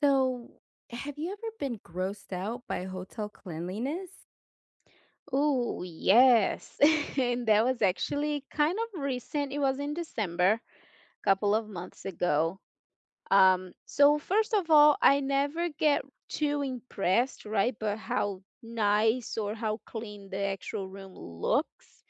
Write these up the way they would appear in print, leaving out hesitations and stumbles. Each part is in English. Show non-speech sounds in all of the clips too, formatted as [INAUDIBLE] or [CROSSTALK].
So, have you ever been grossed out by hotel cleanliness? Oh, yes. [LAUGHS] And that was actually kind of recent. It was in December, couple of months ago. So first of all, I never get too impressed, right, but how nice or how clean the actual room looks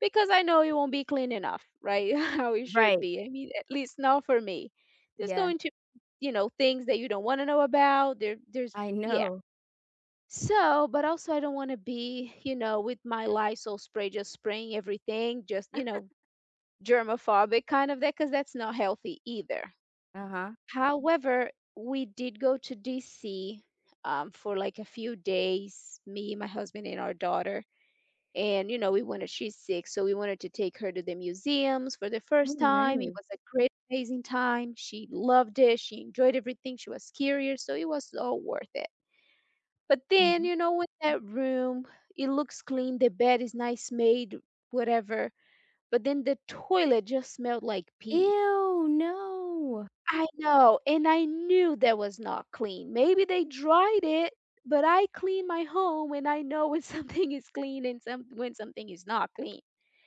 because I know it won't be clean enough, right? [LAUGHS] How it should Right. be. I mean, at least not for me. There's Yeah. going to, you know, Things that you don't want to know about. There's I yeah. know. So, but also I don't want to be, with my Lysol spray just spraying everything, just, germophobic kind of that, because that's not healthy either. Uh-huh. However, we did go to DC for like a few days, me, my husband, and our daughter. And, you know, we wanted, she's six, so we wanted to take her to the museums for the Oh, first time. It nice. was a great, amazing time. She loved it. She enjoyed everything. She was curious. So it was all worth it. But then, Mhm. you know, in that room, it looks clean, the bed is nice made, whatever. But then the toilet just smelled like pee. Ew, no. I know, and I knew that was not clean. Maybe they dried it, but I clean my home and I know when [LAUGHS] something is clean and some when something is not clean.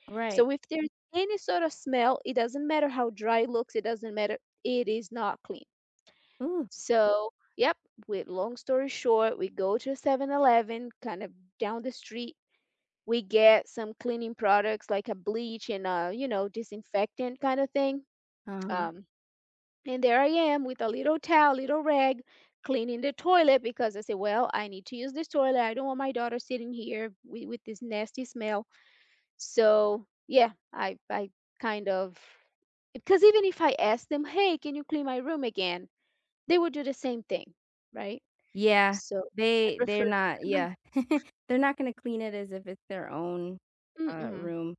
Right. So if there's any sort of smell, it doesn't matter how dry it looks, it doesn't matter, it is not clean. Ooh. So, yep, with long story short, we go to 7-Eleven, kind of down the street, we get some cleaning products like a bleach and a, you know, disinfectant kind of thing, Uh-huh. um, and there I am with a little towel, little rag, cleaning the toilet because I say, well, I need to use this toilet, I don't want my daughter sitting here with this nasty smell. So yeah, I kind of, because even if I ask them, hey, can you clean my room again, they would do the same thing, right? Yeah. So I They're prefer. not yeah. They're not gonna clean it as if it's their own, Mm, mm. room,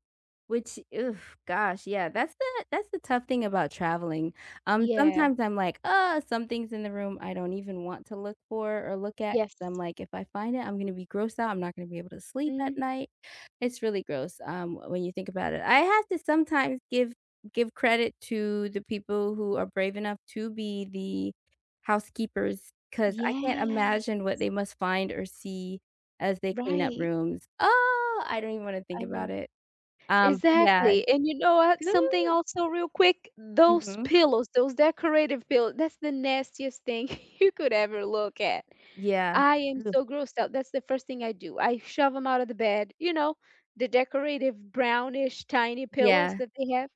which ugh, gosh, yeah, that's the tough thing about traveling. Yeah. Sometimes I'm like, "Ugh," some things in the room I don't even want to look for or look at Yes. 'cause I'm like, "If I find it, I'm gonna be grossed out, I'm not gonna be able to sleep at Mm, night." It's really gross, when you think about it. I have to sometimes give credit to the people who are brave enough to be the housekeepers because I can't yeah. imagine what they must find or see as they clean up Right, rooms. Oh, I don't even wanna think I about know. it. But yeah. Exactly, and you know what? [LAUGHS] Something also real quick, those Mhm. pillows, those decorative pillows, that's the nastiest thing [LAUGHS] you could ever look at. Yeah. I am Oof. so grossed out. That's the first thing I do. I shove them out of the bed, you know, the decorative brownish tiny pillows Yeah. that they have.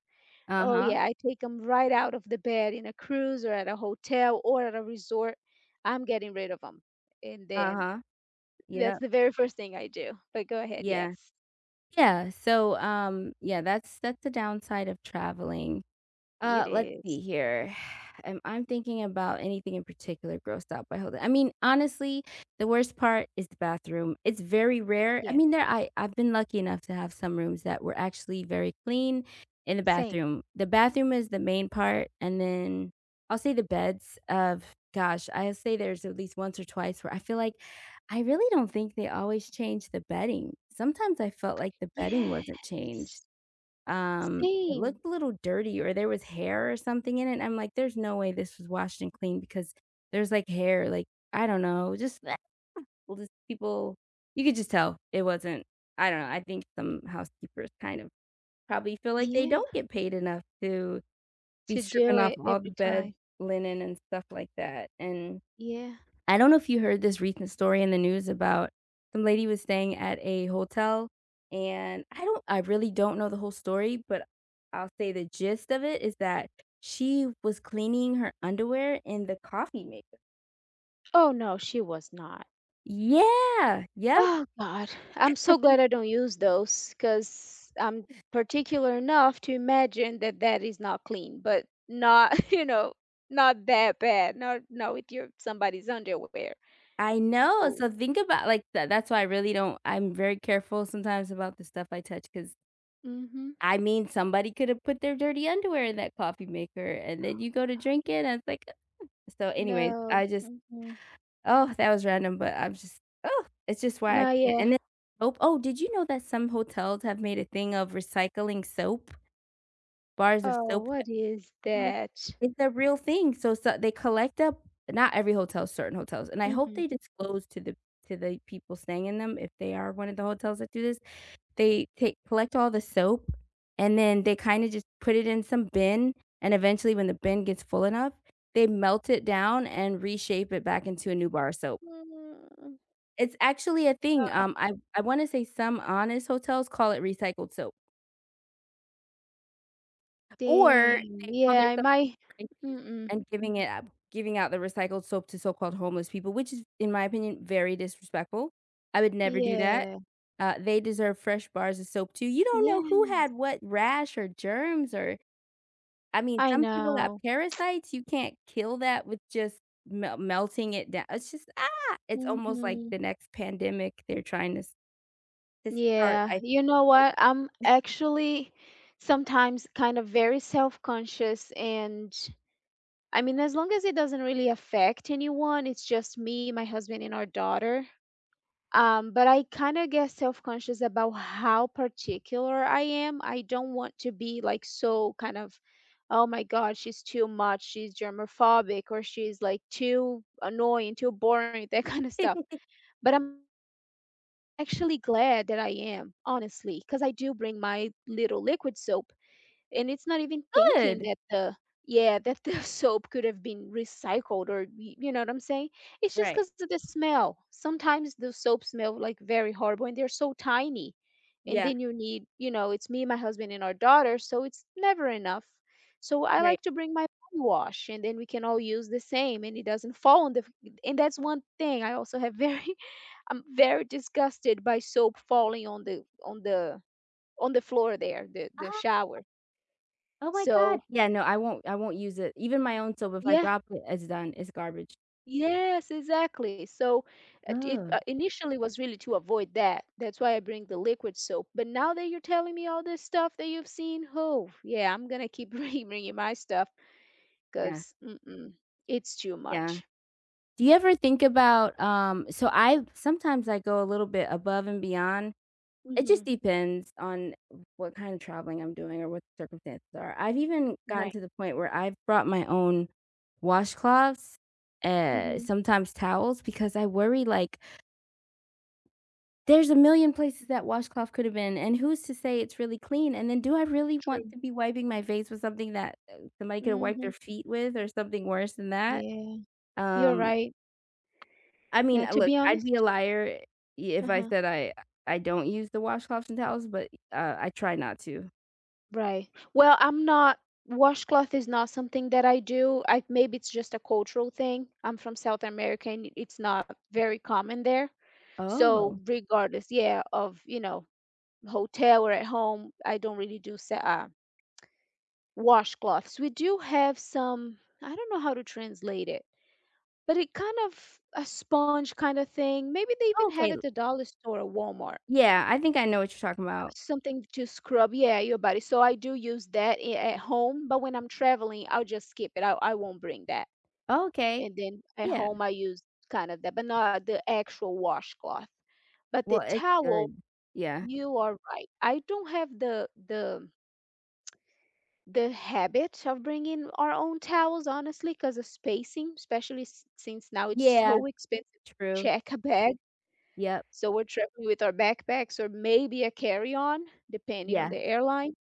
Oh, Uh-huh. yeah, I take them right out of the bed in a cruise or at a hotel or at a resort. I'm getting rid of them. And then Uh-huh. that's Yep. the very first thing I do. But go ahead, Yeah. yes. Yeah, so, yeah, that's the downside of traveling. It Let's is. see here. [SIGHS] I'm thinking about anything in particular grossed out by holding. I mean, honestly, the worst part is the bathroom. It's very rare. I Yeah. mean, there I've been lucky enough to have some rooms that were actually very clean in the Same. bathroom. The bathroom is the main part, and then I'll say the beds of gosh, I'll say there's at least once or twice where I feel like I really don't think they always change the bedding. Sometimes I felt like the bedding Yes. wasn't changed. It Same. looked a little dirty or there was hair or something in it, I'm like, "There's no way this was washed and cleaned because there's, like, hair," like, I don't know, just [LAUGHS] well, just people you could just tell it wasn't I don't know, I think some housekeepers kind of probably feel like they Yeah. don't get paid enough to be To stripping do off it all the every bed time. linen and stuff like that, and Yeah. I don't know if you heard this recent story in the news about some lady was staying at a hotel, and I really don't know the whole story, but I'll say the gist of it is that she was cleaning her underwear in the coffee maker. Oh, no, she was not. Yeah, yep, Oh, God. I'm so glad I don't use those because 'cause I'm particular enough to imagine that that is not clean, but not, [LAUGHS] you know, not that bad. Not not with your somebody's underwear. I know, Oh. so think about, like, that's why I really don't I'm very careful sometimes about the stuff I touch because Mhm. I mean, somebody could have put their dirty underwear in that coffee maker, and then you go to drink it, and it's like so anyways, No. I just Mhm. oh, that was random, but I'm just oh, it's just why I No, can't yeah. and then soap oh, did you know that some hotels have made a thing of recycling soap? Bars of Oh, soap that what is come that? it's a real thing, so they collect up not every hotel, certain hotels, and I hope Mhm. they disclose to the people staying in them if they are one of the hotels that do this. They take collect all the soap, and then they kinda just put it in some bin, and eventually when the bin gets full enough, they melt it down and reshape it back into a new bar of soap. Mm, It's actually a thing, uh. I wanna say some honest hotels call it recycled soap, or Dang, they call their yeah, my mm, and giving it out giving out the recycled soap to so-called homeless people, which is, in my opinion, very disrespectful. I would never do that. yeah, They deserve fresh bars of soap too. You don't know yeah, who had what rash or germs or I mean, I some people got know, parasites, you can't kill that with just melting it down. It's just, ah! It's almost like mhm, the next pandemic they're trying to start, yeah, I you think it's know what, I'm like [LAUGHS] actually sometimes kind of very self-conscious and I mean, as long as it doesn't really affect anyone, it's just me, my husband, and our daughter. But I kind of get self conscious about how particular I am. I don't want to be like so kind of, oh my God, she's too much. She's germophobic or she's like too annoying, too boring, [LAUGHS] that kind of stuff. But I'm actually glad that I am, honestly, because I do bring my little liquid soap, and it's not even thinking Good! that the, yeah, that the [LAUGHS] soap could have been recycled or y- you know what I'm saying? It's just Right. because of the smell. Sometimes the soap smell like very horrible and they're so tiny. And Yeah, then you need, you know, it's me, my husband, and our daughter, so it's never enough. So I right. like to bring my body wash and then we can all use the same and it doesn't fall on the, and that's one thing. I also have very [LAUGHS] I'm very disgusted by soap falling on the on the on the floor there, the Ah, shower. oh my god. So, Yeah, no, I won't use it. Even my own soap, if I yeah. drop it, it's done, it's garbage. Yes, exactly. So it Oh initially was really to avoid that. That's why I bring the liquid soap. But now that you're telling me all this stuff that you've seen, oh, yeah, I'm gonna keep [LAUGHS] bringing my stuff yeah, because it's too yeah. much. Do you ever think about, so I sometimes I go a little bit above and beyond. It Hmm. just depends on what kind of traveling I'm doing or what the circumstances are. I've even gotten Right. to the point where I've brought my own washcloths, Hmm. sometimes towels, because I worry, like, there's a million places that washcloth could have been, and who's to say it's really clean? And then do I really want True. to be wiping my face with something that, somebody could have wiped their Hmm. feet with or something worse than that? Yeah, you're Um, right. I mean, Now, to look, be I'd be a honest, liar if I uh-huh. said I don't use the washcloths and towels, but, I try not to. Right. Well, I'm not, washcloth is not something that I do. I maybe it's just a cultural thing. I'm from South America and it's not very common there. So Oh, regardless, yeah, of, you know, hotel or at home, I don't really do sa- washcloths. We do have some, I don't know how to translate it, but it kind of a sponge kind of thing. Maybe they even have okay. at the dollar store or Walmart. Yeah, I think I know what you're talking about. Something to scrub, yeah, your body. So I do use that I- at home, but when I'm traveling, I'll just skip it. I won't bring that. Okay, And then at yeah. home, I use kind of that, but not the actual washcloth. But Well, the it's towel, good. Yeah. you are right. I don't have the habit of bringing our own towels, honestly, because of spacing, especially s- since now it's Yeah, so expensive to true. check a bag. Yep. So we're traveling with our backpacks or maybe a carry-on, depending on Yeah, the airline.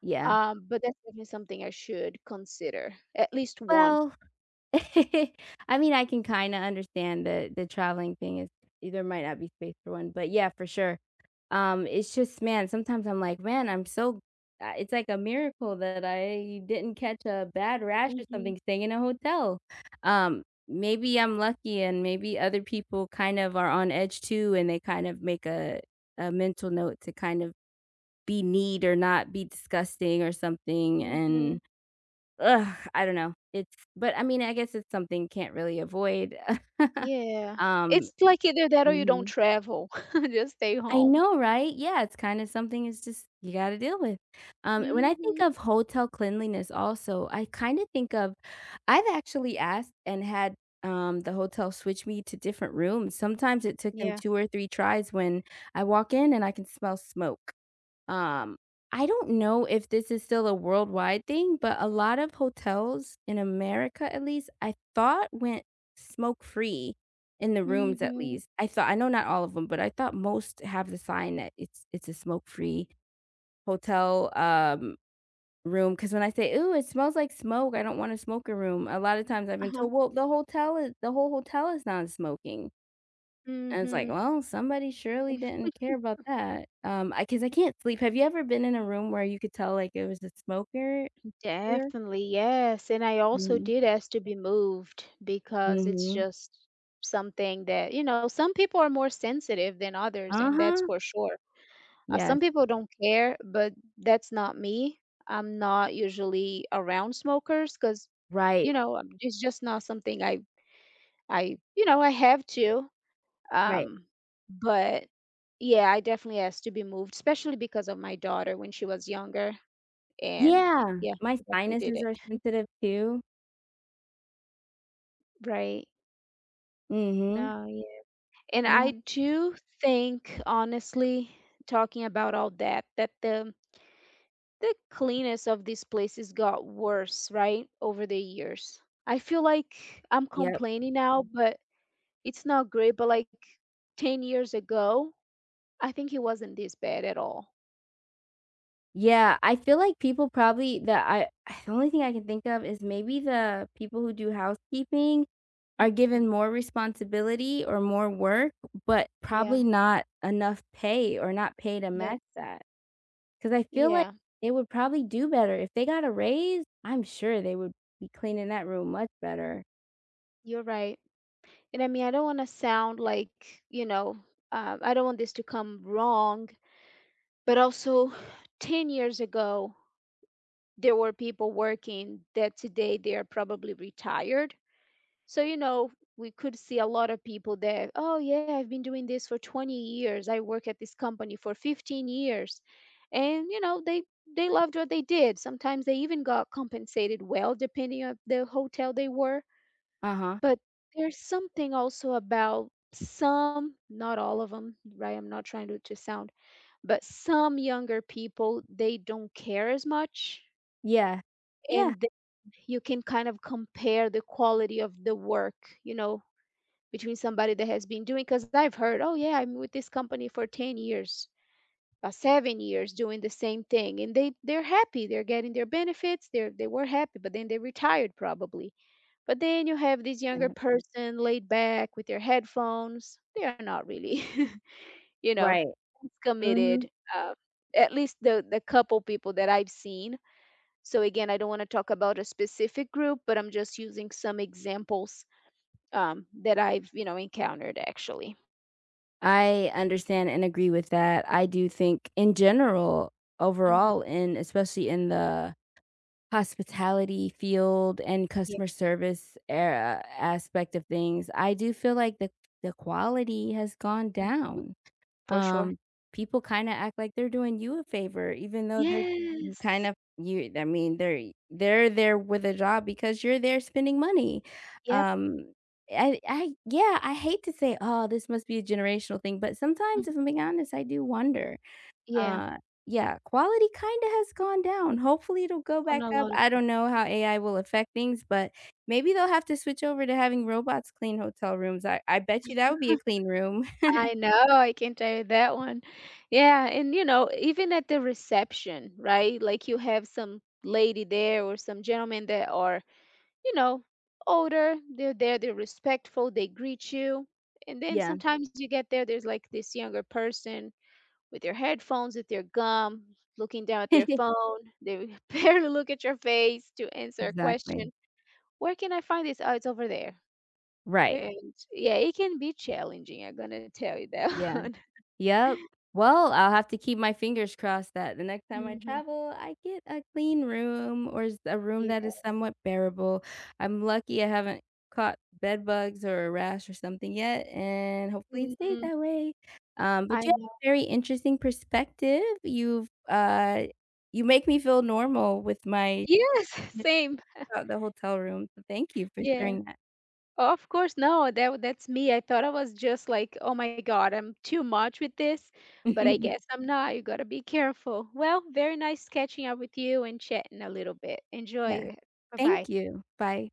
yeah. But that's definitely something I should consider, at least one. Well, [LAUGHS] I mean, I can kinda understand the traveling thing is there might not be space for one, but yeah, for sure. It's just, man, sometimes I'm like, "Man, I'm so," it's like a miracle that I didn't catch a bad rash or Mhm, something staying in a hotel. Um, Maybe I'm lucky and maybe other people kind of are on edge too, and they kind of make a mental note to kind of be neat or not be disgusting or something and mhm. ugh, I don't know. It's but I mean, I guess it's something can't really avoid. [LAUGHS] Yeah. Um It's like either that or you don't Mhm. travel, [LAUGHS] just stay I home. know, right? Yeah, it's kinda something it's just you gotta deal with. When I think Mhm. of hotel cleanliness also, I kinda think of I've actually asked and had, the hotel switch me to different rooms. Sometimes it took them Yeah. 2 or 3 tries when I walk in and I can smell smoke. Um, I don't know if this is still a worldwide thing, but a lot of hotels in America, at least, I thought went smoke-free in the rooms, at Mhm. least. I know not all of them, but I thought most have the sign that it's a smoke-free hotel, room. Because when I say, "Ooh, it smells like smoke, I don't wanna smoke a room," a lot of times I've been Uh-huh. told, "Well, the whole hotel is non-smoking." And it's like, Mhm. well, somebody surely didn't care about that. I because I 'cause I can't sleep. Have you ever been in a room where you could tell, like, it was a smoker there? Definitely, yes, and I also Mhm. did ask to be moved because it's Mhm. just something that, you know, some people are more sensitive than others, and that's Uh-huh. for sure. Yes. Some people don't care, but that's not me. I'm not usually around smokers because Right. you know it's just not something I you know I have to. Right. Um, but yeah, I definitely asked to be moved, especially because of my daughter when she was younger, and Yeah. yeah, My I definitely did sinuses it. are sensitive too. Right. Mhm. No, yeah. And I Yep. do think, honestly, talking about all that, that the cleanest of these places got worse, right, over the years. I feel like I'm Yep. complaining now, but it's not great. But like 10 years ago, I think it wasn't this bad at all. Yeah, I feel like people probably that I [SIGHS] the only thing I can think of is maybe the people who do housekeeping are Mm, given more responsibility or more work, but yeah, probably not enough pay or not pay to yes, match that. Because I feel like yeah, they would probably do better. If they got a raise, I'm sure they would be cleaning that room much better. you're right. And I mean, I don't want to sound like, you know, I don't want this to come wrong, but also [SIGHS] 10 years ago, there were people working that today they are probably retired. So, you know, we could see a lot of people that, oh, yeah, I've been doing this for 20 years. I work at this company for 15 years. And, you know, they loved what they did. Sometimes they even got compensated well, depending on the hotel they were. Uh-huh. But there's something also about some, not all of them, right? I'm not trying to sound, but some younger people, they don't care as much. Yeah. Yeah. And they, you can kind of compare the quality of the work, you know, between somebody that has been doing, because I've heard, oh yeah, I'm with this company for 10 years, 7 years doing the same thing, and they're happy, they're getting their benefits, they were happy, but then they retired probably. But then you have this younger Yeah. person laid back with their headphones, they are not really [LAUGHS] you know Right. Mhm. committed, uh, at least the couple people that I've seen. So again, I don't want to talk about a specific group, but I'm just using some examples, that I've, you know, encountered actually. I understand and agree with that. I do think in general, Mhm. overall, and especially in the hospitality field and Yeah. customer service era aspect of things, I do feel like the quality has gone Mhm. down. For sure. Um, People kinda act like they're doing you a favor even though they're you Yes. kind of you I mean, they're there with a job because you're there spending money. Yep. Um, I yeah, I hate to say, "Oh, this must be a generational thing," but sometimes, Mm. if I'm being honest, I do wonder. Yeah. Uh, yeah, quality kinda has gone down. Hopefully, it'll go On back a up. lot of I don't know how AI will affect things, but maybe they'll have to switch over to having robots clean hotel rooms. I bet you that would be a [LAUGHS] clean room. [LAUGHS] I know, I can tell you that one. Yeah, and, you know, even at the reception, right? Like, you have some lady there or some gentleman that are, you know, older, they're there, they're respectful, they greet you. And then Yeah. sometimes you get there, there's like this younger person with their headphones, with their gum, looking down at their [LAUGHS] phone. They [LAUGHS] barely look at your face to answer a question. Exactly. Where can I find this? Oh, it's over there. Right. And yeah, it can be challenging. I'm gonna tell you that [LAUGHS] Yeah. one. Yep. Well, I'll have to keep my fingers crossed that the next time I Mhm. travel, I get a clean room or s a room that Yeah. is somewhat bearable. I'm lucky I haven't caught bed bugs or a rash or something yet, and hopefully it stays Mhm. that way. But you I have know. a very interesting perspective. You make me feel normal with my Yes, [LAUGHS] same. about the hotel room, so thank you for Yeah. sharing that. Of course, no, that that's me. I thought I was just like, oh my God, I'm too much with this, but I guess [LAUGHS] I'm not. You gotta be careful. Well, very nice catching up with you and chatting a little bit. Yes. Enjoy. Bye Thank bye. you. Bye.